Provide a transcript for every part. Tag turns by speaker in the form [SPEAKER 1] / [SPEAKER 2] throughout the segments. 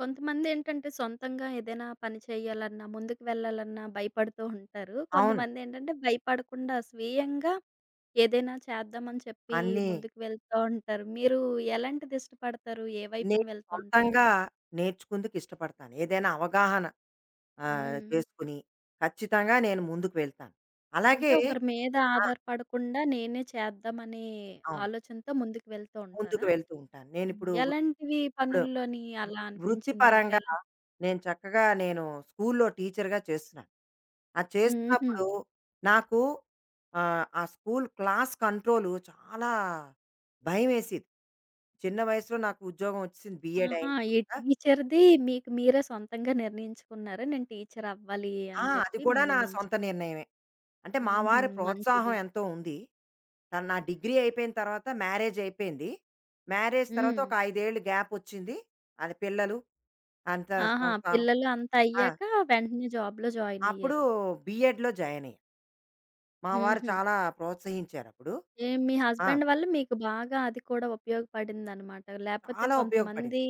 [SPEAKER 1] కొంతమందేంటంటే సొంతంగా ఏదైనా పని చేయాలన్నా, ముందుకు వెళ్ళాలన్నా భయపడుతూ ఉంటారు.
[SPEAKER 2] అవును.
[SPEAKER 1] కొంతమందేంటంటే భయపడకుండా స్వీయంగా ఏదైనా చేద్దామని చెప్పి
[SPEAKER 2] అన్నీ
[SPEAKER 1] ముందుకు వెళ్తా ఉంటారు. మీరు ఎలాంటిది ఇష్టపడతారు? ఏ వైపున
[SPEAKER 2] నేను
[SPEAKER 1] వెళ్తూ ఉంటారు?
[SPEAKER 2] సొంతంగా నేర్చుకుందుకు ఇష్టపడతాను. ఏదైనా అవగాహన
[SPEAKER 1] హ్మ్.
[SPEAKER 2] చేసుకుని ఖచ్చితంగా నేను ముందుకు వెళ్తాను.
[SPEAKER 1] అంటే
[SPEAKER 2] అలాగే
[SPEAKER 1] ఒకరి మీద
[SPEAKER 2] ఆ!
[SPEAKER 1] ఆధారపడకుండా నేనే చేద్దామనే
[SPEAKER 2] అవును.
[SPEAKER 1] ఆలోచనతో ముందుకు వెళ్తూ
[SPEAKER 2] ముందుకు
[SPEAKER 1] ఉంటారా?
[SPEAKER 2] వెళ్తూ ఉంటాను.
[SPEAKER 1] హ్మ్.
[SPEAKER 2] నేనిప్పుడు వృ
[SPEAKER 1] ఎలాంటివి
[SPEAKER 2] ఇప్పుడు
[SPEAKER 1] పనుల్లోని అలా అనిపించింది మీకు
[SPEAKER 2] వృత్తిపరంగా
[SPEAKER 1] ఎలా?
[SPEAKER 2] నేను చక్కగా స్కూల్‌లో టీచర్‌గా చేస్తున్నాను. అది
[SPEAKER 1] హుహు.
[SPEAKER 2] చేస్తున్నప్పుడు నాకు ఆ స్కూల్ క్లాస్ కంట్రోల్ చాలా భయమేసేది. చిన్న వయసులో నాకు ఉద్యోగం వచ్చేసింది. బీఎడ్
[SPEAKER 1] ఆహా!
[SPEAKER 2] అయిన
[SPEAKER 1] ఈ
[SPEAKER 2] తర్వాత
[SPEAKER 1] టీచర్‌ది మీకు మీరే సొంతంగా నిర్ణయించుకున్నారా? నేను టీచర్ అవ్వాలి
[SPEAKER 2] ఆ!
[SPEAKER 1] అని
[SPEAKER 2] అది
[SPEAKER 1] చెప్పి
[SPEAKER 2] కూడా నా
[SPEAKER 1] ముందు నుంచి.
[SPEAKER 2] సొంత నిర్ణయమే. అంటే మా
[SPEAKER 1] హుహు.
[SPEAKER 2] వారి ప్రోత్సాహం
[SPEAKER 1] మంచిది.
[SPEAKER 2] ఎంతో ఉంది. తను నా డిగ్రీ అయిపోయిన తర్వాత మ్యారేజ్ అయిపోయింది. మ్యారేజ్ తర్వాత
[SPEAKER 1] హ్మ్.
[SPEAKER 2] ఒక 5 ఏళ్ళు గ్యాప్ వచ్చింది. అది పిల్లలు, అంతా
[SPEAKER 1] ఆహా!
[SPEAKER 2] సంసారం.
[SPEAKER 1] పిల్లలు అంతా
[SPEAKER 2] ఆ!
[SPEAKER 1] అయ్యాక వెంటనే జాబ్‌లో జాయిన్
[SPEAKER 2] అప్పుడు
[SPEAKER 1] అయ్యారు.
[SPEAKER 2] బీఎడ్‌లో జాయిన్ అయ్యా. మా వారు
[SPEAKER 1] హుహు.
[SPEAKER 2] చాలా ప్రోత్సహించారు అప్పుడు.
[SPEAKER 1] ఏ మీ
[SPEAKER 2] ఆ!
[SPEAKER 1] హస్బెండ్ వల్ల మీకు బాగా అది కూడా ఉపయోగపడిందనమాట. లేకపోతే
[SPEAKER 2] చాలా ఉపయోగపడింది.
[SPEAKER 1] కొంతమంది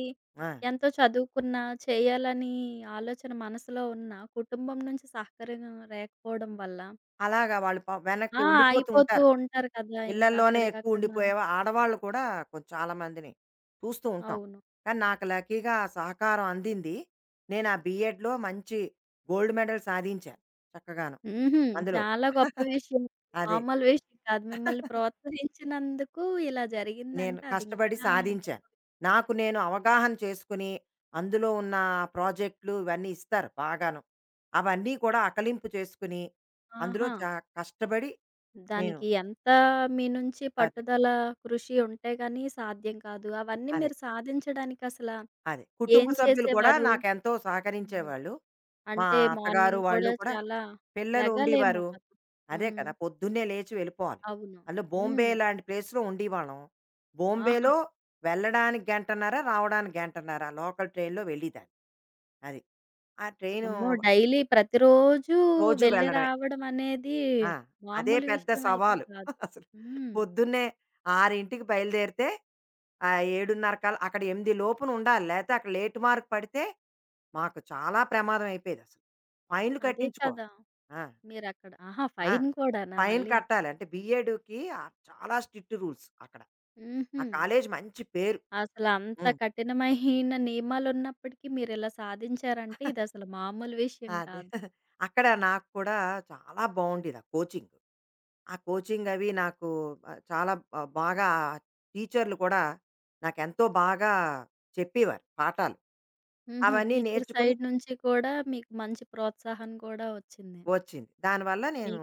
[SPEAKER 2] ఆ!
[SPEAKER 1] ఎంతో చదువుకున్నా, చేయాలని ఆలోచన మనసులో ఉన్న కుటుంబం నుంచి సహకారం లేకపోవడం వల్ల
[SPEAKER 2] అలాగా వాళ్ళు పాపం వెనక్కి
[SPEAKER 1] ఆ!
[SPEAKER 2] ఉండిపోతూ
[SPEAKER 1] అయిపోతూ
[SPEAKER 2] ఉంటారు.
[SPEAKER 1] ఉంటారు కదా! ఇంకా
[SPEAKER 2] ఇళ్ళల్లోనే ఎక్కువ
[SPEAKER 1] అక్కడికక్కడ.
[SPEAKER 2] ఉండిపోయేవా ఆడవాళ్ళు కూడా కొంచెం చాలా మందిని చూస్తూ ఉంటాం.
[SPEAKER 1] అవును.
[SPEAKER 2] కానీ నాకు లక్కీగా ఆ సహకారం అందింది. నేను ఆ బీఎడ్‌లో మంచి గోల్డ్ మెడల్ సాధించాను చక్కగాను
[SPEAKER 1] హుహు.
[SPEAKER 2] అందులో.
[SPEAKER 1] చాలా గొప్ప విషయం.
[SPEAKER 2] అదే.
[SPEAKER 1] మామూలు విషయం కాదు. మిమ్మల్ని ప్రోత్సహించినందుకు ఇలా
[SPEAKER 2] నేను
[SPEAKER 1] జరిగిందంటే అదింకా
[SPEAKER 2] కష్టపడి సాధించాను. నాకు నేను అవగాహన చేసుకుని, అందులో ఉన్న ప్రాజెక్ట్‌లు ఇవన్నీ ఇస్తారు బాగాను. అవన్నీ కూడా అకలింపు చేసుకుని, అందులో
[SPEAKER 1] ఆహా!
[SPEAKER 2] చా కష్టపడి నేను
[SPEAKER 1] దానికి ఎంత మీ నుంచి
[SPEAKER 2] అదే.
[SPEAKER 1] పట్టుదల, కృషి ఉంటే గాని సాధ్యం కాదు. అవన్నీ
[SPEAKER 2] అదే.
[SPEAKER 1] మీరు సాధించడానికి అసల
[SPEAKER 2] అదే. కుటుంబ
[SPEAKER 1] ఏం
[SPEAKER 2] సభ్యులు కూడా
[SPEAKER 1] చేసేవారు?
[SPEAKER 2] నాకెంతో
[SPEAKER 1] హుహు.
[SPEAKER 2] సహకరించేవాళ్ళు. మా
[SPEAKER 1] అంటే
[SPEAKER 2] అత్తగారు
[SPEAKER 1] మార్నింగ్
[SPEAKER 2] వాళ్ళు
[SPEAKER 1] కూడా
[SPEAKER 2] కూడా
[SPEAKER 1] చాలా
[SPEAKER 2] పిల్లలు
[SPEAKER 1] లెగాలేమో
[SPEAKER 2] ఉండేవారు.
[SPEAKER 1] కదా!
[SPEAKER 2] అదే
[SPEAKER 1] హ్మ్.
[SPEAKER 2] కదా! పొద్దున్నే లేచి వెళ్ళిపోవాలి.
[SPEAKER 1] అవును.
[SPEAKER 2] అందులో బొంబే
[SPEAKER 1] హ్మ్.
[SPEAKER 2] లాంటి ప్లేస్‌లో ఉండేవాళ్ళం.
[SPEAKER 1] ఆహా!
[SPEAKER 2] బొంబేలో వెళ్ళడానికి గంటన్నర, రావడానికి గంటన్నర లోకల్ ట్రైన్‌లో వెళ్ళేదాన్ని. అది. ఆ ట్రైను
[SPEAKER 1] అమ్మో! డైలీ ప్రతిరోజు
[SPEAKER 2] రోజూ
[SPEAKER 1] వెళ్లి
[SPEAKER 2] వెళ్ళడమే.
[SPEAKER 1] రావడం అనేది
[SPEAKER 2] ఆ! అదే
[SPEAKER 1] మామూలు
[SPEAKER 2] పెద్ద
[SPEAKER 1] విషయం అయితే
[SPEAKER 2] సవాలు.
[SPEAKER 1] కాదు.
[SPEAKER 2] అసలు
[SPEAKER 1] హ్మ్.
[SPEAKER 2] పొద్దున్నే 6కి బయలుదేరితే 7:30 కల్లా అక్కడ 8 లోపున ఉండాలి. లేతే అక్కడ లేట్ మార్క్ పడితే మాకు చాలా ప్రమాదం అయిపోయేదసలు. ఫైన్‌లు
[SPEAKER 1] అదే
[SPEAKER 2] కట్టించుకోవాలి.
[SPEAKER 1] కదా!
[SPEAKER 2] ఆ!
[SPEAKER 1] మీరక్కడ ఆహా!
[SPEAKER 2] ఆ!
[SPEAKER 1] ఫైన్ కూడానా
[SPEAKER 2] ఫైన్
[SPEAKER 1] మళ్ళీ?
[SPEAKER 2] కట్టాలి. అంటే బీఎడ్‌కి చాలా స్ట్రిక్ట్ రూల్స్ అక్కడ. ఆ
[SPEAKER 1] హుహు.
[SPEAKER 2] కాలేజ్ మంచి పేరు.
[SPEAKER 1] అసలంత
[SPEAKER 2] హ్మ్.
[SPEAKER 1] కఠినమైన నియమాలున్నప్పటికీ మీరిలా సాధించారంటే ఇదసలు మామూలు విషయం
[SPEAKER 2] అదే.
[SPEAKER 1] కాదు.
[SPEAKER 2] అక్కడ నాకు కూడా చాలా బావుండేది ఆ కోచింగ్. ఆ కోచింగ్ అవి నాకు చాలా బాగా టీచర్లు కూడా నాకెంతో బాగా చెప్పేవారు పాఠాలు.
[SPEAKER 1] హుహు.
[SPEAKER 2] అవన్నీ
[SPEAKER 1] టీచర్
[SPEAKER 2] నేర్చుకుని
[SPEAKER 1] సైడ్ నుంచి కూడా మీకు మంచి ప్రోత్సాహం కూడా వచ్చింది.
[SPEAKER 2] వచ్చింది. దానివల్ల
[SPEAKER 1] మీ
[SPEAKER 2] నేను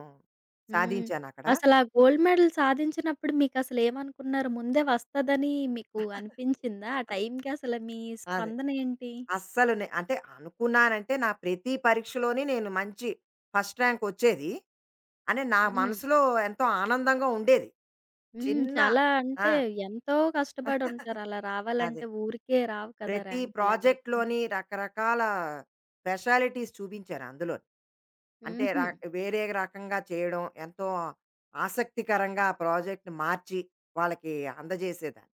[SPEAKER 1] హ్మ్.
[SPEAKER 2] సాధించానక్కడ.
[SPEAKER 1] అసలా గోల్డ్ మెడల్ సాధించినప్పుడు మీకసలేమనుకున్నారు? ముందే వస్తదని మీకు అనిపించిందా? ఆ టైంకి అసలు మీ
[SPEAKER 2] అదే.
[SPEAKER 1] స్పందన ఏంటి?
[SPEAKER 2] అస్సలు నే అంటే అనుకున్నానంటే నా ప్రతి పరీక్షలోని నేను మంచి ఫస్ట్ ర్యాంక్ వచ్చేది. అని నా
[SPEAKER 1] హ్మ్.
[SPEAKER 2] మనసులో ఎంతో ఆనందంగా ఉండేది.
[SPEAKER 1] హ్మ్.
[SPEAKER 2] చిన్న
[SPEAKER 1] చాలా
[SPEAKER 2] ఆ!
[SPEAKER 1] అంటే ఎంతో కష్టపడుంటారు. అలా
[SPEAKER 2] అదే.
[SPEAKER 1] రావాలంటే ఊరికే రావు కదా!
[SPEAKER 2] ప్రతి
[SPEAKER 1] ర్యాంకులెవరికైనా.
[SPEAKER 2] ప్రాజెక్ట్‌లోని రకరకాల స్పెషాలిటీస్ చూపించారు అందులో. అంటే ర
[SPEAKER 1] హుహు.
[SPEAKER 2] వేరే రకంగా చేయడం ఎంతో ఆసక్తికరంగా ఆ ప్రాజెక్ట్‌ని మార్చి వాళ్ళకి అందజేసేదాన్ని.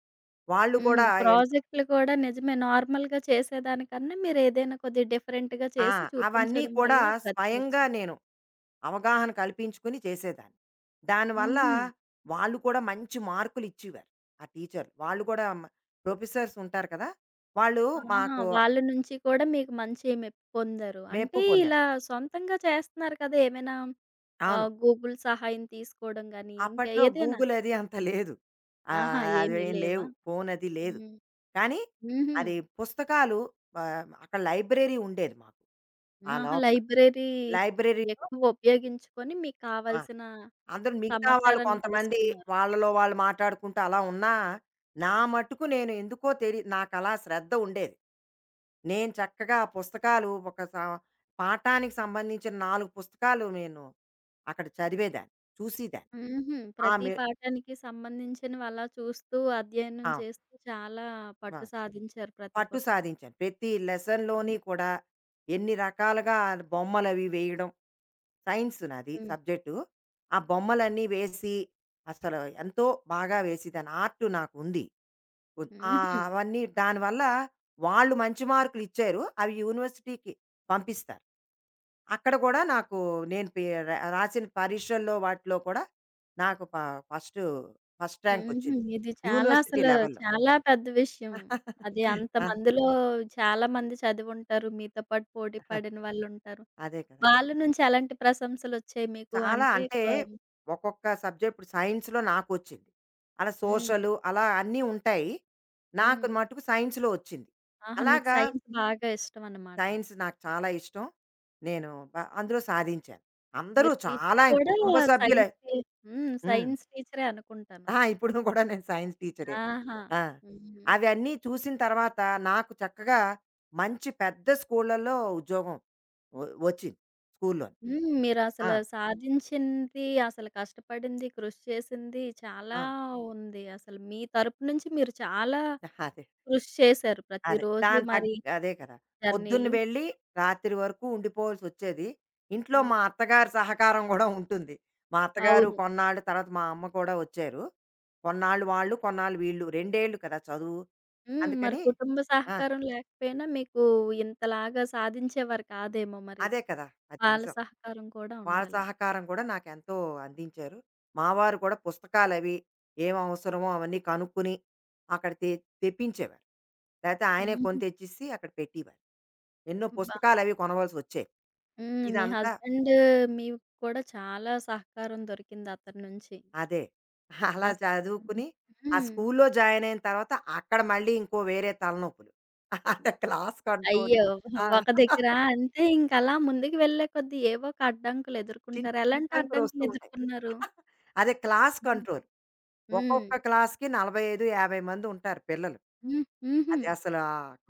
[SPEAKER 2] వాళ్ళు
[SPEAKER 1] హ్మ్.
[SPEAKER 2] కూడా ఎన్
[SPEAKER 1] ప్రాజెక్టులు కూడా నిజమే. నార్మల్‌గా చేసేదానికన్నా మీరేదైనా కొద్దిగా డిఫరెంట్‌గా
[SPEAKER 2] ఆ!
[SPEAKER 1] చేసి
[SPEAKER 2] అవన్నీ
[SPEAKER 1] చూపించడం
[SPEAKER 2] కూడా
[SPEAKER 1] వల్ల
[SPEAKER 2] స్వయంగా
[SPEAKER 1] ప్రతిభొచ్చింది.
[SPEAKER 2] నేను అవగాహన కల్పించుకొని చేసేదాన్ని. దానివల్ల
[SPEAKER 1] హుహు.
[SPEAKER 2] వాళ్ళు కూడా మంచి మార్కులు ఇచ్చేవారు. ఆ టీచర్లు. వాళ్ళు కూడా మ ప్రొఫెసర్స్ ఉంటారు కదా! వాళ్ళు
[SPEAKER 1] ఆహా!
[SPEAKER 2] మాకు
[SPEAKER 1] వాళ్ళ నుంచి కూడా మీకు మంచి మెప్పు పొందారు.
[SPEAKER 2] మెప్పు
[SPEAKER 1] అంటే
[SPEAKER 2] పొందారు.
[SPEAKER 1] ఇలా సొంతంగా చేస్తున్నారు కదా! ఏమైనా
[SPEAKER 2] అవును.
[SPEAKER 1] గూగుల్ సహాయం తీసుకోవడం గాని, ఇంకా
[SPEAKER 2] అప్పట్లో
[SPEAKER 1] ఏదైనా?
[SPEAKER 2] గూగుల్ అది అంత లేదు.
[SPEAKER 1] ఆహా! ఏమి
[SPEAKER 2] అవేం
[SPEAKER 1] లేవా?
[SPEAKER 2] లేవు. ఫోన్ అది లేదు.
[SPEAKER 1] హ్మ్.
[SPEAKER 2] కానీ
[SPEAKER 1] హుహు.
[SPEAKER 2] అది పుస్తకాలు, అక్కడ లైబ్రరీ ఉండేది మాకు. ఆ
[SPEAKER 1] ఆహా!
[SPEAKER 2] లోపల
[SPEAKER 1] లైబ్రరీ
[SPEAKER 2] లైబ్రరీలో
[SPEAKER 1] ఎక్కువ ఉపయోగించుకొని మీకు
[SPEAKER 2] ఆ!
[SPEAKER 1] కావాల్సిన
[SPEAKER 2] అందరూ మిగతా వాళ్ళు
[SPEAKER 1] సమాచారాన్ని
[SPEAKER 2] కొంతమంది
[SPEAKER 1] తీసుకున్నారు.
[SPEAKER 2] వాళ్ళలో వాళ్ళు మాట్లాడుకుంటూ అలా ఉన్నా, నా మట్టుకు నేను ఎందుకో తెలి నాకలా శ్రద్ధ ఉండేది. నేను చక్కగా ఆ పుస్తకాలు ఒక స పాఠానికి సంబంధించిన 4 పుస్తకాలు నేను అక్కడ చదివేదాన్ని. చూసేదాన్ని.
[SPEAKER 1] హుహు.
[SPEAKER 2] ఆ!
[SPEAKER 1] ప్రతి
[SPEAKER 2] మె
[SPEAKER 1] పాఠానికి సంబంధించినవి అలా చూస్తూ, అధ్యయనం
[SPEAKER 2] ఆ!
[SPEAKER 1] చేస్తూ చాలా
[SPEAKER 2] ఆ!
[SPEAKER 1] పట్టు సాధించారు ప్రతి
[SPEAKER 2] పట్టు
[SPEAKER 1] పుస్తకం.
[SPEAKER 2] సాధించాను. ప్రతి లెసన్‌లోని కూడా ఎన్ని రకాలుగా బొమ్మలవి వేయడం. సైన్స్ నాది
[SPEAKER 1] హ్మ్.
[SPEAKER 2] సబ్జెక్టు. ఆ బొమ్మలన్నీ వేసి అసలు ఎంతో బాగా వేసేదాన్ని. ఆర్ట్ నాకుంది. ఆ!
[SPEAKER 1] హుహు.
[SPEAKER 2] అవన్నీ దానివల్ల వాళ్ళు మంచి మార్కులు ఇచ్చారు. అవి యూనివర్సిటీకి పంపిస్తారు. అక్కడ కూడా నాకు నేను పే రా రాసిన పరీక్షల్లో వాటిలో కూడా నాకు ఫస్ట్, ఫస్ట్ ర్యాంక్
[SPEAKER 1] హుహు.
[SPEAKER 2] వచ్చింది.
[SPEAKER 1] ఇది చాలా
[SPEAKER 2] యూనివర్సిటీ
[SPEAKER 1] అసలు
[SPEAKER 2] లెవెల్‌లో. ఆ!
[SPEAKER 1] చాలా పెద్ద విషయం. అది అంతమందిలో చాలా మంది చదివుంటారు. మీతో పాటు పోటీ పడిన వాళ్ళుంటారు.
[SPEAKER 2] అదే కదా!
[SPEAKER 1] వాళ్ళ నుంచి ఎలాంటి ప్రశంసలొచ్చాయి మీకు?
[SPEAKER 2] చాలా
[SPEAKER 1] అంటే
[SPEAKER 2] అంటే
[SPEAKER 1] కొ
[SPEAKER 2] ఒక్కొక్క సబ్జెక్ట్ ఇప్పుడు సైన్స్‌లో నాకొచ్చింది. అలా
[SPEAKER 1] హ్మ్.
[SPEAKER 2] సోషలు అలా అన్నీ ఉంటాయి. నాకు
[SPEAKER 1] హ్మ్.
[SPEAKER 2] మటుకు సైన్స్‌లో వచ్చింది.
[SPEAKER 1] ఆహా! మీకు
[SPEAKER 2] అలాగా
[SPEAKER 1] సైన్స్ బాగా ఇష్టమనమాట.
[SPEAKER 2] సైన్స్ నాకు చాలా ఇష్టం. నేను అందులో సాధించాను. అందరూ
[SPEAKER 1] మీరు టీచర్
[SPEAKER 2] చాలా ఇంక
[SPEAKER 1] కూడా
[SPEAKER 2] కుటుంబ సభ్యులే.
[SPEAKER 1] సైన్స్ టీ హ్మ్.
[SPEAKER 2] హ్మ్.
[SPEAKER 1] సైన్స్ టీచరే అనుకుంటాను.
[SPEAKER 2] ఆ! ఇప్పుడు కూడా నేను సైన్స్ టీచరే.
[SPEAKER 1] ఆహా!
[SPEAKER 2] ఆ!
[SPEAKER 1] హ్మ్.
[SPEAKER 2] అవన్నీ చూసిన తర్వాత నాకు చక్కగా మంచి పెద్ద స్కూళ్ళలో ఉద్యోగం వ వచ్చింది స్కూల్లోని.
[SPEAKER 1] హ్మ్. మీరసల
[SPEAKER 2] ఆ!
[SPEAKER 1] సాధించింది, అసలు కష్టపడింది, కృషి చేసింది
[SPEAKER 2] ఆ!
[SPEAKER 1] చాలా ఉంది. అసలు మీ తరపు నుంచి మీరు చాలా
[SPEAKER 2] అదే.
[SPEAKER 1] కృషి చేశారు.
[SPEAKER 2] అదే.
[SPEAKER 1] ప్రతిరోజు
[SPEAKER 2] దాని తగ్
[SPEAKER 1] మరి
[SPEAKER 2] అదే కదా! పొద్దున్న
[SPEAKER 1] జర్నీలు.
[SPEAKER 2] వెళ్ళి రాత్రి వరకు ఉండిపోవాల్సొచ్చేది. ఇంట్లో
[SPEAKER 1] హ్మ్.
[SPEAKER 2] మా అత్తగారి సహకారం గూడా ఉంటుంది. మా అత్తగారు,
[SPEAKER 1] అవును.
[SPEAKER 2] కొన్నాళ్ళు తర్వాత మా అమ్మ కూడా వచ్చారు. కొన్నాళ్ళు వాళ్ళు, కొన్నాళ్ళు వీళ్ళు. 2 ఏళ్ళు కదా చదువు.
[SPEAKER 1] హ్మ్. మరి
[SPEAKER 2] అందుకని
[SPEAKER 1] కుటుంబ
[SPEAKER 2] ఆ!
[SPEAKER 1] సహకారం లేకపోయినా మీకు ఇంతలాగా సాధించేవారు కాదేమో మరి.
[SPEAKER 2] అదే కదా! అది
[SPEAKER 1] వాళ్ళ
[SPEAKER 2] నిజం.
[SPEAKER 1] సహకారం కూడా
[SPEAKER 2] వాళ్ళ
[SPEAKER 1] ఉండాలి.
[SPEAKER 2] సహకారం కూడా నాకెంతో అందించారు. మా వారు కూడా పుస్తకాలవి ఏం అవసరమో అవన్నీ కనుక్కుని అక్కడ తెప్పించేవారు. లేతే ఆయనే కొని
[SPEAKER 1] హుహు.
[SPEAKER 2] తెచ్చిసి అక్కడ పెట్టేవారు. ఎన్నో
[SPEAKER 1] అబ్బా!
[SPEAKER 2] పుస్తకాలవి కొనవలసొచ్చేవి.
[SPEAKER 1] హ్మ్. మీ
[SPEAKER 2] ఇదంతా
[SPEAKER 1] హస్బెండ్ మీకు కూడా చాలా సహకారం దొరికింది అతని నుంచి.
[SPEAKER 2] అదే. అలా
[SPEAKER 1] అసలు
[SPEAKER 2] చదువుకుని ఆ
[SPEAKER 1] హ్మ్.
[SPEAKER 2] స్కూల్లో జాయిన్ అయిన తర్వాత అక్కడ మళ్ళీ ఇంకో వేరే తలనొప్పులు. అదే క్లాస్ కంట్రోల్.
[SPEAKER 1] అయ్యో!
[SPEAKER 2] ఆ!
[SPEAKER 1] ఒక దగ్గర అంతే ఇంకలా ముందుకు వెళ్ళే కొద్దీ ఏవో ఒక అడ్డంకులు
[SPEAKER 2] చిన్న
[SPEAKER 1] ఎదుర్కొంటారు. ఎలాంటి
[SPEAKER 2] అడ్డంకులొస్తూ
[SPEAKER 1] అడ్డంకులు
[SPEAKER 2] ఉంటాయి.
[SPEAKER 1] ఎదుర్కొన్నారు?
[SPEAKER 2] అదే క్లాస్
[SPEAKER 1] హ్మ్.
[SPEAKER 2] కంట్రోల్. ఒక్కొక్క క్లాస్‌కి 45, 50 మంది ఉంటారు పిల్లలు.
[SPEAKER 1] హ్మ్. హుహు.
[SPEAKER 2] అది అసలు,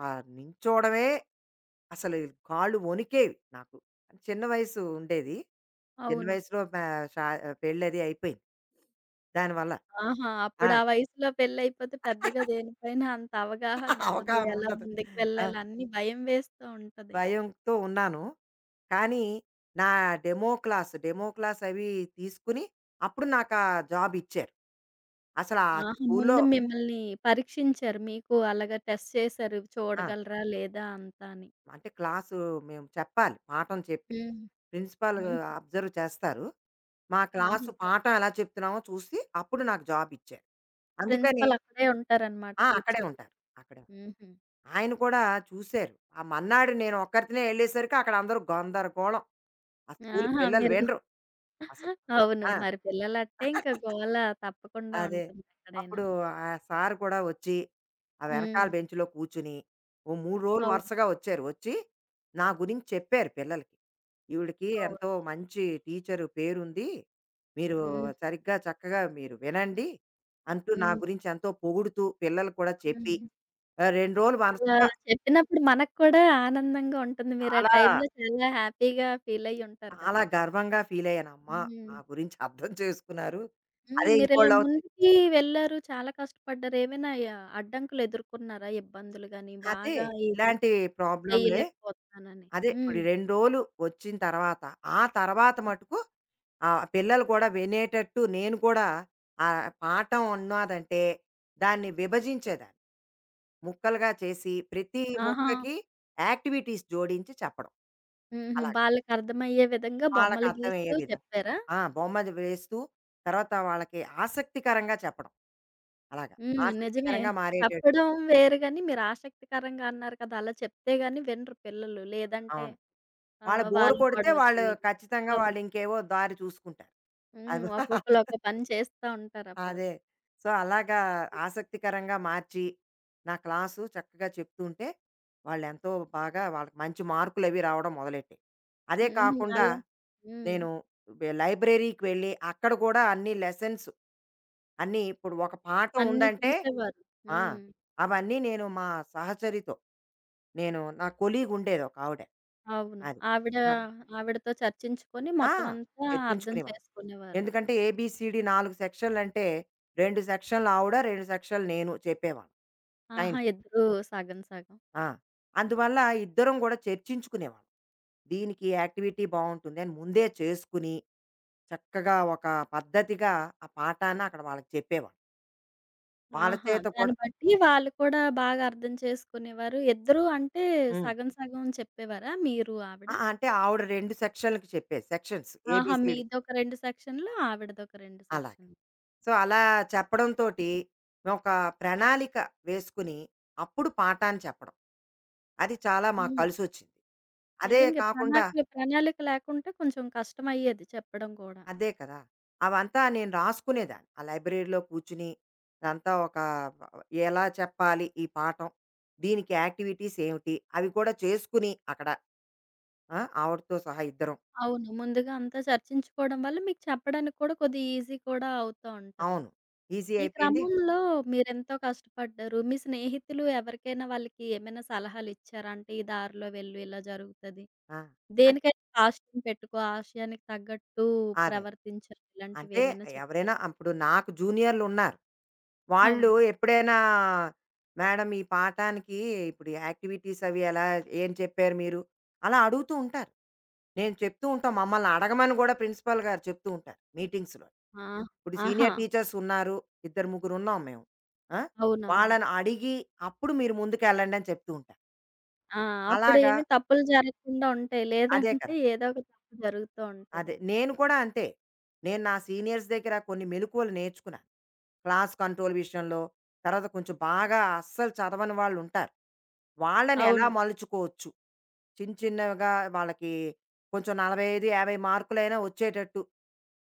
[SPEAKER 2] నించోవడమే అసలు కాళ్ళు వణికేవి నాకు. చిన్న వయసు ఉండేది. చిన్న
[SPEAKER 1] అవును.
[SPEAKER 2] వయసులో ప షా పెళ్ళది అయిపోయింది. దానివల్ల.
[SPEAKER 1] ఆహా!
[SPEAKER 2] ఆ!
[SPEAKER 1] అప్పుడు ఆ వయసులో పెళ్లయిపోతే పెద్దగా దేనిపైన అంత అవగాహన ఉండదు.
[SPEAKER 2] అవగాహన
[SPEAKER 1] ఎలా
[SPEAKER 2] ఉండదు.
[SPEAKER 1] ముందుకు
[SPEAKER 2] ఆ!
[SPEAKER 1] వెళ్ళాలి అన్నీ భయం వేస్తూ ఉంటది.
[SPEAKER 2] భయంతో ఉన్నాను. కానీ నా డెమో క్లాస్ అవి తీసుకుని అప్పుడు నాకా జాబ్ ఇచ్చారు. అసలు ఆ
[SPEAKER 1] ఆహా!
[SPEAKER 2] స్కూల్లో
[SPEAKER 1] ముందు మిమ్మల్ని పరీక్షించారు. మీకు అలాగా టెస్ట్ చేశారు.
[SPEAKER 2] ఆ!
[SPEAKER 1] చూడగలరా? లేదా? అంతా అని.
[SPEAKER 2] అంటే క్లాసు మేము చెప్పాలి. పాఠం చెప్పి
[SPEAKER 1] హ్మ్.
[SPEAKER 2] ప్రిన్సిపాల్
[SPEAKER 1] హ్మ్.
[SPEAKER 2] అబ్జర్వ్ చేస్తారు. మా
[SPEAKER 1] ఆహా!
[SPEAKER 2] క్లాసు పాఠం ఎలా చెప్తున్నామో చూసి అప్పుడు నాకు జాబ్ ఇచ్చారు. అందుకని
[SPEAKER 1] ప్రిన్సిపల్ అక్కడే ఉంటారనమాట
[SPEAKER 2] ఆ! అక్కడే
[SPEAKER 1] కూర్చొని.
[SPEAKER 2] ఉంటారు. అక్కడే.
[SPEAKER 1] హుహు.
[SPEAKER 2] ఆయన కూడా చూసారు. ఆ మన్నాడు నేను ఒక్కర్తినే ఎళ్ళేసరికి అక్కడ అందరూ గందరగోళం. ఆ స్కూల్
[SPEAKER 1] ఆహా!
[SPEAKER 2] పిల్లలు
[SPEAKER 1] మీరు
[SPEAKER 2] వినరు అసలు.
[SPEAKER 1] అవును.
[SPEAKER 2] ఆ!
[SPEAKER 1] మరి పిల్లలంటే ఇంకా గోల తప్పకుండా
[SPEAKER 2] అదే.
[SPEAKER 1] ఉంటుంది ఎక్కడైనా.
[SPEAKER 2] అప్పుడు ఆ సార్ కూడా వచ్చి, ఆ వెనకాల
[SPEAKER 1] హ్మ్.
[SPEAKER 2] బెంచ్‌లో కూర్చుని, ఓ 3 రోజులు
[SPEAKER 1] అవును.
[SPEAKER 2] వరుసగా వచ్చారు. వచ్చి నా గురించి చెప్పారు పిల్లలకి. "ఈవిడకి
[SPEAKER 1] అవును.
[SPEAKER 2] ఎంతో మంచి టీచరు పేరుంది. మీరు
[SPEAKER 1] హ్మ్.
[SPEAKER 2] సరిగ్గా చక్కగా మీరు వినండి" అంటూ నా
[SPEAKER 1] హ్మ్.
[SPEAKER 2] గురించి ఎంతో పొగుడుతూ పిల్లలు కూడా చెప్పి,
[SPEAKER 1] హ్మ్.
[SPEAKER 2] 2 రోజులు
[SPEAKER 1] అలా
[SPEAKER 2] వరుసగా,
[SPEAKER 1] చెప్పినప్పుడు మనకు కూడా ఆనందంగా ఉంటుంది. మీరు ఆ
[SPEAKER 2] చాలా,
[SPEAKER 1] టైంలో చాలా హ్యాపీగా ఫీలయ్యి ఉంటారు
[SPEAKER 2] చాలా
[SPEAKER 1] కదా!
[SPEAKER 2] గర్వంగా ఫీల్ అయ్యాను. అమ్మా! నా
[SPEAKER 1] హ్మ్.
[SPEAKER 2] గురించి అర్థం చేసుకున్నారు.
[SPEAKER 1] హ్మ్.
[SPEAKER 2] అదే
[SPEAKER 1] మీరిలా
[SPEAKER 2] ఇంకోళ్ళవుతే
[SPEAKER 1] ముందుకి వెళ్లారు. చాలా కష్టపడ్డారు. ఏమైనా య అడ్డంకులు ఎదుర్కొన్నారా? ఇబ్బందులు గాని,
[SPEAKER 2] అదే.
[SPEAKER 1] బాగా ఇది
[SPEAKER 2] ఇలాంటి ప్రాబ్లమ్‌లే.
[SPEAKER 1] చేయలేకపోతున్నానని.
[SPEAKER 2] అదే
[SPEAKER 1] హ్మ్.
[SPEAKER 2] ఇప్పుడు 2 రోజులు వచ్చిన తర్వాత, ఆ తర్వాత మటుకు, పిల్లలు కూడా వినేటట్టు నేను కూడా ఆ పాఠం ఉన్నాదంటే దాన్ని విభజించేదాన్ని. ముక్కలుగా చేసి ప్రతి
[SPEAKER 1] ఆహా!
[SPEAKER 2] ముక్కకి యాక్టివిటీస్ జోడించి చెప్పడం.
[SPEAKER 1] హుహు.
[SPEAKER 2] అలాగ.
[SPEAKER 1] వాళ్ళకర్థమయ్యే విధంగా
[SPEAKER 2] వాళ్ళకి
[SPEAKER 1] బొమ్మలు
[SPEAKER 2] అర్థమయ్యే
[SPEAKER 1] గీస్తూ
[SPEAKER 2] విధంగా.
[SPEAKER 1] చెప్పారా?
[SPEAKER 2] ఆ! బొమ్మది వేస్తూ తర్వాత వాళ్ళకి ఆసక్తికరంగా చెప్పడం. అలాగా.
[SPEAKER 1] హ్మ్. నిజమే.
[SPEAKER 2] ఆసక్తికరంగా మారేటట్టు.
[SPEAKER 1] చెప్పడం వేరు గాని, మీరు ఆసక్తికరంగా అన్నారు కదా! అలా చెప్తే గాని వినరు పిల్లలు. లేదంటే
[SPEAKER 2] అవును. వాళ్ళు బోర్
[SPEAKER 1] వాళ్ళు
[SPEAKER 2] కొడితే
[SPEAKER 1] గొడవ
[SPEAKER 2] వాళ్ళు
[SPEAKER 1] చేయడం.
[SPEAKER 2] ఖచ్చితంగా
[SPEAKER 1] అవును.
[SPEAKER 2] వాళ్ళు ఇంకేవో దారి చూసుకుంటారు.
[SPEAKER 1] హ్మ్.
[SPEAKER 2] అది
[SPEAKER 1] ఒక్కొక్కళ్ళు ఒక్కో పని చేస్తా ఉంటారప్పుడు.
[SPEAKER 2] అదే. సో, అలాగా ఆసక్తికరంగా మార్చి, నా క్లాసు చక్కగా చెప్తుంటే, వాళ్ళెంతో బాగా వాళ్ళకి మంచి మార్కులవి రావడం మొదలెట్టాయి. అదే
[SPEAKER 1] హుహు.
[SPEAKER 2] కాకుండా
[SPEAKER 1] అలా హ్మ్.
[SPEAKER 2] నేను లైబ్రరీకి వెళ్ళి, అక్కడ కూడా అన్ని లెసన్స్ అన్నీ ఇప్పుడు ఒక పాఠం
[SPEAKER 1] అన్నీ
[SPEAKER 2] ఉందంటే
[SPEAKER 1] చూసేవారు.
[SPEAKER 2] ఆ!
[SPEAKER 1] హ్మ్.
[SPEAKER 2] అవన్నీ నేను మా సహచరితో, నేను నా కొలీగుండేదొకావిడ.
[SPEAKER 1] అవును.
[SPEAKER 2] అది.
[SPEAKER 1] ఆవిడ
[SPEAKER 2] ఆ!
[SPEAKER 1] ఆవిడతో చర్చించుకొని
[SPEAKER 2] ఆ!
[SPEAKER 1] మొత్తం అంతా అర్థం
[SPEAKER 2] చర్చించుకునేవాళ్ళం.
[SPEAKER 1] చేసుకునేవారు.
[SPEAKER 2] ఎందుకంటే ఏబీసీడీ 4 సెక్షన్‌లంటే 2 సెక్షన్‌లు ఆవిడ, 2 సెక్షన్‌లు నేను చెప్పేవాళ్ళం
[SPEAKER 1] ఆహా!
[SPEAKER 2] సైన్స్.
[SPEAKER 1] ఇద్దరు సగం సగం.
[SPEAKER 2] ఆ! అందువల్ల ఇద్దరం గూడా చర్చించుకునేవాళ్ళం. దీనికి యాక్టివిటీ బావుంటుంది అని ముందే చేసుకుని, చక్కగా ఒక పద్ధతిగా ఆ పాఠాన్ని అక్కడ వాళ్ళకి చెప్పేవాళ్ళం. వాళ్ళ
[SPEAKER 1] ఆహా!
[SPEAKER 2] చేత కూడా.
[SPEAKER 1] దాన్ని బట్టి వాళ్ళు కూడా బాగా అర్థం చేసుకునేవారు. ఇద్దరూ అంటే
[SPEAKER 2] హ్మ్.
[SPEAKER 1] సగం సగం చెప్పేవారా మీరు, ఆవిడ?
[SPEAKER 2] ఆ! అంటే ఆవిడ 2 సెక్షన్‌లకి చెప్పేది. సెక్షన్స్
[SPEAKER 1] ఆహా!
[SPEAKER 2] ఏబీసీడీ
[SPEAKER 1] మీదొక 2 సెక్షన్‌లు, ఆవిడదొక 2
[SPEAKER 2] అలాగా.
[SPEAKER 1] సెక్షన్‌లు.
[SPEAKER 2] సో, అలా చెప్పడంతోటి మేమొక ప్రణాళిక వేసుకుని, అప్పుడు పాఠాన్ని చెప్పడం. అది చాలా మాకు
[SPEAKER 1] హ్మ్.
[SPEAKER 2] కలిసొచ్చింది. అదే
[SPEAKER 1] నిజంగా
[SPEAKER 2] కాకుండా
[SPEAKER 1] ప్రణాళిక ప్రణాళిక లేకుంటే కొంచెం కష్టమయ్యేది చెప్పడం కూడా.
[SPEAKER 2] అదే కదా! అవంతా నేను రాసుకునేదాన్ని. ఆ లైబ్రరీలో కూర్చుని అదంతా ఒక ఎలా చెప్పాలి ఈ పాఠం? దీనికి యాక్టివిటీస్ ఏమిటి? అవి కూడా చేసుకుని అక్కడ ఆ! ఆవిడతో సహా ఇద్దరం.
[SPEAKER 1] అవును. ముందుగా అంతా చర్చించుకోవడం వల్ల మీకు చెప్పడానికి కూడా కొద్దిగా ఈజీ కూడా అవుతా ఉంటది.
[SPEAKER 2] అవును. ఈజీ
[SPEAKER 1] ఈ
[SPEAKER 2] అయిపోయింది.
[SPEAKER 1] క్రమంలో మీరెంతో కష్టపడ్డారు. మీ స్నేహితులు ఎవరికైనా వాళ్ళకి ఏమైనా సలహాలిచ్చారా? అంటే ఈ దారిలో వెళ్ళు ఇలా జరుగుతది.
[SPEAKER 2] ఆ! అన్
[SPEAKER 1] దేనికైనా కాస్ట్యూమ్ పెట్టుకో, ఆశయానికి తగ్గట్టు
[SPEAKER 2] అదే.
[SPEAKER 1] ప్రవర్తించరు.
[SPEAKER 2] అంటే
[SPEAKER 1] ఇలాంటివేమైనా చెప్పారా?
[SPEAKER 2] ఎవరైనా అప్పుడు నాకు జూనియర్‌లున్నారు. వాళ్ళు
[SPEAKER 1] అవును.
[SPEAKER 2] ఎప్పుడైనా, "మేడం ఈ పాఠానికి ఇప్పుడు యాక్టివిటీస్ అవి ఎలా ఏం చెప్పారు మీరు?" అలా అడుగుతూ ఉంటారు. నేను చెప్తూ ఉంటాం. మమ్మల్ని అడగమని గూడా ప్రిన్సిపల్ గారు చెప్తూ ఉంటారు మీటింగ్స్‌లో.
[SPEAKER 1] ఆ!
[SPEAKER 2] ఇప్పుడు
[SPEAKER 1] ఆహా!
[SPEAKER 2] సీనియర్ టీచర్స్ ఉన్నారు. ఇద్దరు ముగ్గురున్నాం మేము. ఆ!
[SPEAKER 1] అవునవును.
[SPEAKER 2] వాళ్ళని అడిగి అప్పుడు మీరు ముందుకెళ్ళండి అని చెప్తూ ఉంటారు.
[SPEAKER 1] ఆ!
[SPEAKER 2] అలాగా
[SPEAKER 1] అప్పుడేమి తప్పులు జరగకుండా ఉంటాయి.
[SPEAKER 2] అదే
[SPEAKER 1] లేదంటే
[SPEAKER 2] కదా!
[SPEAKER 1] ఏదో ఒక తప్పు జరుగుతూ ఉంటది.
[SPEAKER 2] అదే. నేను కూడా అంతే. నేను నా సీనియర్స్ దగ్గర కొన్ని మెలుకువలు నేర్చుకున్నాను. క్లాస్ కంట్రోల్ విషయంలో, తర్వాత కొంచెం బాగా అస్సలు చదవని వాళ్ళుంటారు. వాళ్ళని ఎలా
[SPEAKER 1] అవును.
[SPEAKER 2] మలుచుకోవచ్చు? చిన్న చిన్నవిగా వాళ్ళకి కొంచెం 45, 50 మార్కులైనా వచ్చేటట్టు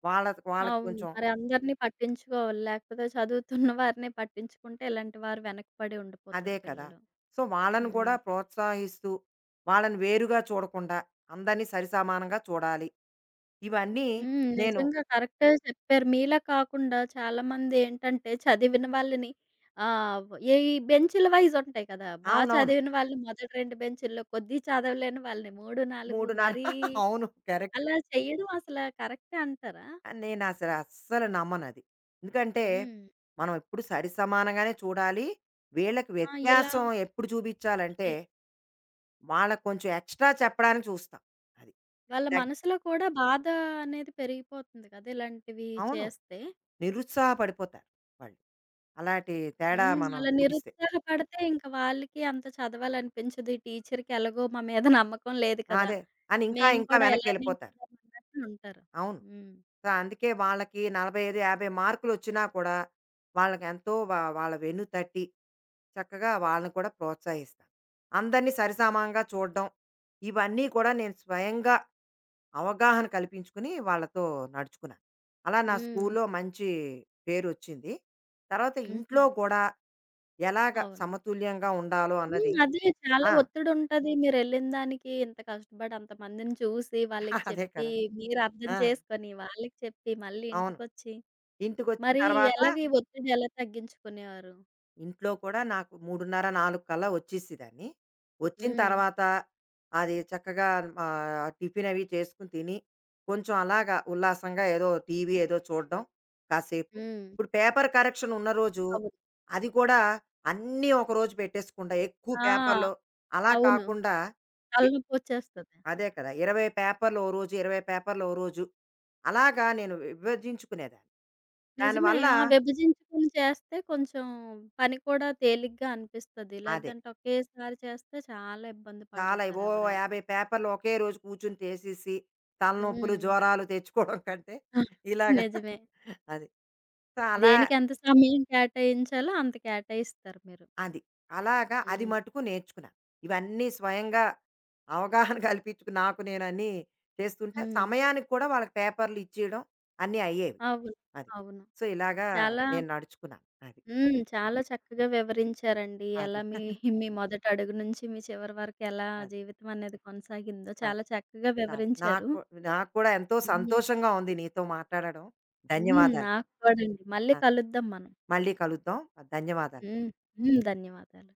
[SPEAKER 2] వాళ్ళ వాళ్ళకి
[SPEAKER 1] అవును.
[SPEAKER 2] కొంచెం
[SPEAKER 1] మరి అందరిని పట్టించుకోవాలి. లేకపోతే చదువుతున్న వారిని పట్టించుకుంటే ఇలాంటి వారు వెనకపడి
[SPEAKER 2] అదే
[SPEAKER 1] ఉండిపోతారు
[SPEAKER 2] కదా!
[SPEAKER 1] పిల్లలు.
[SPEAKER 2] సో, వాళ్ళని కూడా
[SPEAKER 1] హ్మ్.
[SPEAKER 2] ప్రోత్సహిస్తూ, వాళ్ళని వేరుగా చూడకుండా, అందరిని సరిసమానంగా చూడాలి. ఇవన్నీ
[SPEAKER 1] హ్మ్.
[SPEAKER 2] నేను.
[SPEAKER 1] నిజంగా కరెక్టే చెప్పారు. మీలా కాకుండా చాలామంది ఏంటంటే చదివిన వాళ్ళని ఈ బెంచీల వైస్ ఉంటాయి కదా! బా
[SPEAKER 2] అవునవును.
[SPEAKER 1] చదివిన వాళ్ళని మొదటి 2 బెంచుల్లో, కొద్ది చదవలేని వాళ్ళని 3, 4
[SPEAKER 2] 3 నాలు
[SPEAKER 1] మరీ
[SPEAKER 2] అవును. కరెక్ట్.
[SPEAKER 1] అలా చేయడం అసల కరెక్టే అంటారా?
[SPEAKER 2] అని నేను అసలు అస్సలు నమ్మనది. ఎందుకంటే,
[SPEAKER 1] హ్మ్.
[SPEAKER 2] మనం ఎప్పుడు సరిసమానంగానే చూడాలి. వీళ్ళకి
[SPEAKER 1] ఆ! ఇలా
[SPEAKER 2] వ్యత్యాసం ఎప్పుడు చూపించాలంటే,
[SPEAKER 1] అదే.
[SPEAKER 2] వాళ్ళకి కొంచెం ఎక్స్‌ట్రా చెప్పడానికి చూస్తాం. అది.
[SPEAKER 1] వాళ్ళ
[SPEAKER 2] దగ్
[SPEAKER 1] మనసులో కూడా బాధ అనేది పెరిగిపోతుంది కదా! ఇలాంటివి
[SPEAKER 2] అవును.
[SPEAKER 1] చేస్తే.
[SPEAKER 2] నిరుత్సాహపడిపోతారు వాళ్ళు. అలాంటి తేడా
[SPEAKER 1] హ్మ్.
[SPEAKER 2] మనం
[SPEAKER 1] అలా
[SPEAKER 2] చూపిస్తే.
[SPEAKER 1] నిరుత్సాహపడితే ఇంక వాళ్ళకి అంత చదవాలనిపించదు. ఈ టీచర్‌కి ఎలాగో మా మీద నమ్మకం లేదు కదా!
[SPEAKER 2] అదే. అని ఇంకా,
[SPEAKER 1] మేము
[SPEAKER 2] ఇంకా
[SPEAKER 1] కూడా ఇలానే
[SPEAKER 2] వెనక్కెళ్ళిపోతారు.
[SPEAKER 1] ఉందామన్నట్లు ఉంటారు.
[SPEAKER 2] అవును.
[SPEAKER 1] హ్మ్.
[SPEAKER 2] సో, అందుకే వాళ్ళకి 45, 50 మార్కులొచ్చినా కూడా వాళ్ళ వెన్ను తట్టి, చక్కగా వాళ్ళని కూడా ప్రోత్సహిస్తాను. అందరినీ సరిసమానంగా చూడడం, ఇవన్నీ కూడా నేను స్వయంగా అవగాహన కల్పించుకుని వాళ్ళతో నడుచుకున్నాను. అలా నా
[SPEAKER 1] హ్మ్.
[SPEAKER 2] స్కూల్లో మంచి పేరొచ్చింది. తర్వాత
[SPEAKER 1] హుహు.
[SPEAKER 2] ఇంట్లో కూడా ఎలాగ
[SPEAKER 1] అవును.
[SPEAKER 2] సమతుల్యంగా ఉండాలో
[SPEAKER 1] హ్మ్.
[SPEAKER 2] అన్నది.
[SPEAKER 1] అదే చాలా
[SPEAKER 2] ఆ!
[SPEAKER 1] ఒత్తిడుంటది. మీరెళ్ళిన దానికి ఇంత కష్టపడి అంతమందిని చూసి, వాళ్ళకి
[SPEAKER 2] అదే
[SPEAKER 1] చెప్పి,
[SPEAKER 2] కదా!
[SPEAKER 1] మీరు అర్థం
[SPEAKER 2] ఆ!
[SPEAKER 1] చేసుకొని, వాళ్ళకి చెప్పి, మళ్ళీ
[SPEAKER 2] అవును.
[SPEAKER 1] ఇంటికొచ్చి,
[SPEAKER 2] ఇంటికొచ్చిన
[SPEAKER 1] మరి
[SPEAKER 2] తర్వాత
[SPEAKER 1] ఎలాగ ఈ ఒత్తిడి ఎలా తగ్గించుకునేవారు?
[SPEAKER 2] ఇంట్లో కూడా నాకు 3:30, 4 కల్లా వచ్చేసేదాన్ని. వచ్చిన
[SPEAKER 1] హ్మ్.
[SPEAKER 2] తర్వాత అది చక్కగా, టిఫిన్ అవి చేసుకొని తిని, కొంచెం అలాగా ఉల్లాసంగా ఏదో టీవీ ఏదో చూడడం కాసేపు.
[SPEAKER 1] హ్మ్.
[SPEAKER 2] ఇప్పుడు పేపర్ కరెక్షన్ ఉన్న రోజు
[SPEAKER 1] అవును.
[SPEAKER 2] అది కూడా అన్నీ ఒకరోజు పెట్టేసకుండా, ఎక్కువ
[SPEAKER 1] ఆ!
[SPEAKER 2] పేపర్‌లు అలా
[SPEAKER 1] అవును.
[SPEAKER 2] కాకుండా, ఎ
[SPEAKER 1] తలనొప్పొచ్చేస్తది.
[SPEAKER 2] అదే కదా! 20 పేపర్‌లు ఓ రోజు, 20 పేపర్‌లు ఓ రోజు అలాగా నేను విభజించుకునేదాన్ని.
[SPEAKER 1] నిజమే.
[SPEAKER 2] దానివల్ల
[SPEAKER 1] ఆ! విభజించుకొని చేస్తే కొంచెం పని కూడా తేలిగ్గా అనిపిస్తది.
[SPEAKER 2] అదే.
[SPEAKER 1] లేదంటే ఒకేసారి చేస్తే చాలా ఇబ్బంది
[SPEAKER 2] చాలా,
[SPEAKER 1] పడతారు
[SPEAKER 2] ఓ
[SPEAKER 1] ఎవరైనా.
[SPEAKER 2] 50 పేపర్‌లు ఒకే రోజు కూర్చొని చేసేసి, తలనొప్పులు,
[SPEAKER 1] హ్మ్.
[SPEAKER 2] జ్వరాలు తెచ్చుకోవడం కంటే ఇలాగా
[SPEAKER 1] నిజమే.
[SPEAKER 2] అది. సో, అలా
[SPEAKER 1] దేనికి ఎంత సమయం కేటాయించాలో అంత కేటాయిస్తారు మీరు.
[SPEAKER 2] అది. అలాగా అది
[SPEAKER 1] హ్మ్.
[SPEAKER 2] మటుకు నేర్చుకున్నాను. ఇవన్నీ స్వయంగా అవగాహన కల్పించుకు నాకు నేను అన్నీ చేస్తుంటే,
[SPEAKER 1] హ్మ్.
[SPEAKER 2] సమయానికి కూడా వాళ్ళకి పేపర్‌లు ఇచ్చేయడం అన్నీ అయ్యేవి.
[SPEAKER 1] అవును.
[SPEAKER 2] అది.
[SPEAKER 1] అవును.
[SPEAKER 2] సో, ఇలాగా
[SPEAKER 1] చాలా
[SPEAKER 2] నేను నడుచుకున్నాను. అది.
[SPEAKER 1] హ్మ్. చాలా చక్కగా వివరించారండి.
[SPEAKER 2] అది.
[SPEAKER 1] ఎలా మీ మీ మొదటి అడుగు నుంచి మీ చివరి వరకు ఎలా
[SPEAKER 2] అది.
[SPEAKER 1] జీవితం అనేది కొనసాగిందో
[SPEAKER 2] అది.
[SPEAKER 1] చాలా చక్కగా
[SPEAKER 2] చాలా
[SPEAKER 1] వివరించారు.
[SPEAKER 2] నాకు నాకు కూడా ఎంతో
[SPEAKER 1] హ్మ్.
[SPEAKER 2] సంతోషంగా ఉంది నీతో మాట్లాడడం.
[SPEAKER 1] హ్మ్.
[SPEAKER 2] ధన్యవాదాలు.
[SPEAKER 1] నాకు కూడా అండి. మళ్ళీ
[SPEAKER 2] ఆ!
[SPEAKER 1] కలుద్దాం మనం.
[SPEAKER 2] మళ్ళీ కలుద్దాం. ధన్యవాదాలు.
[SPEAKER 1] హ్మ్. హ్మ్. ధన్యవాదాలు.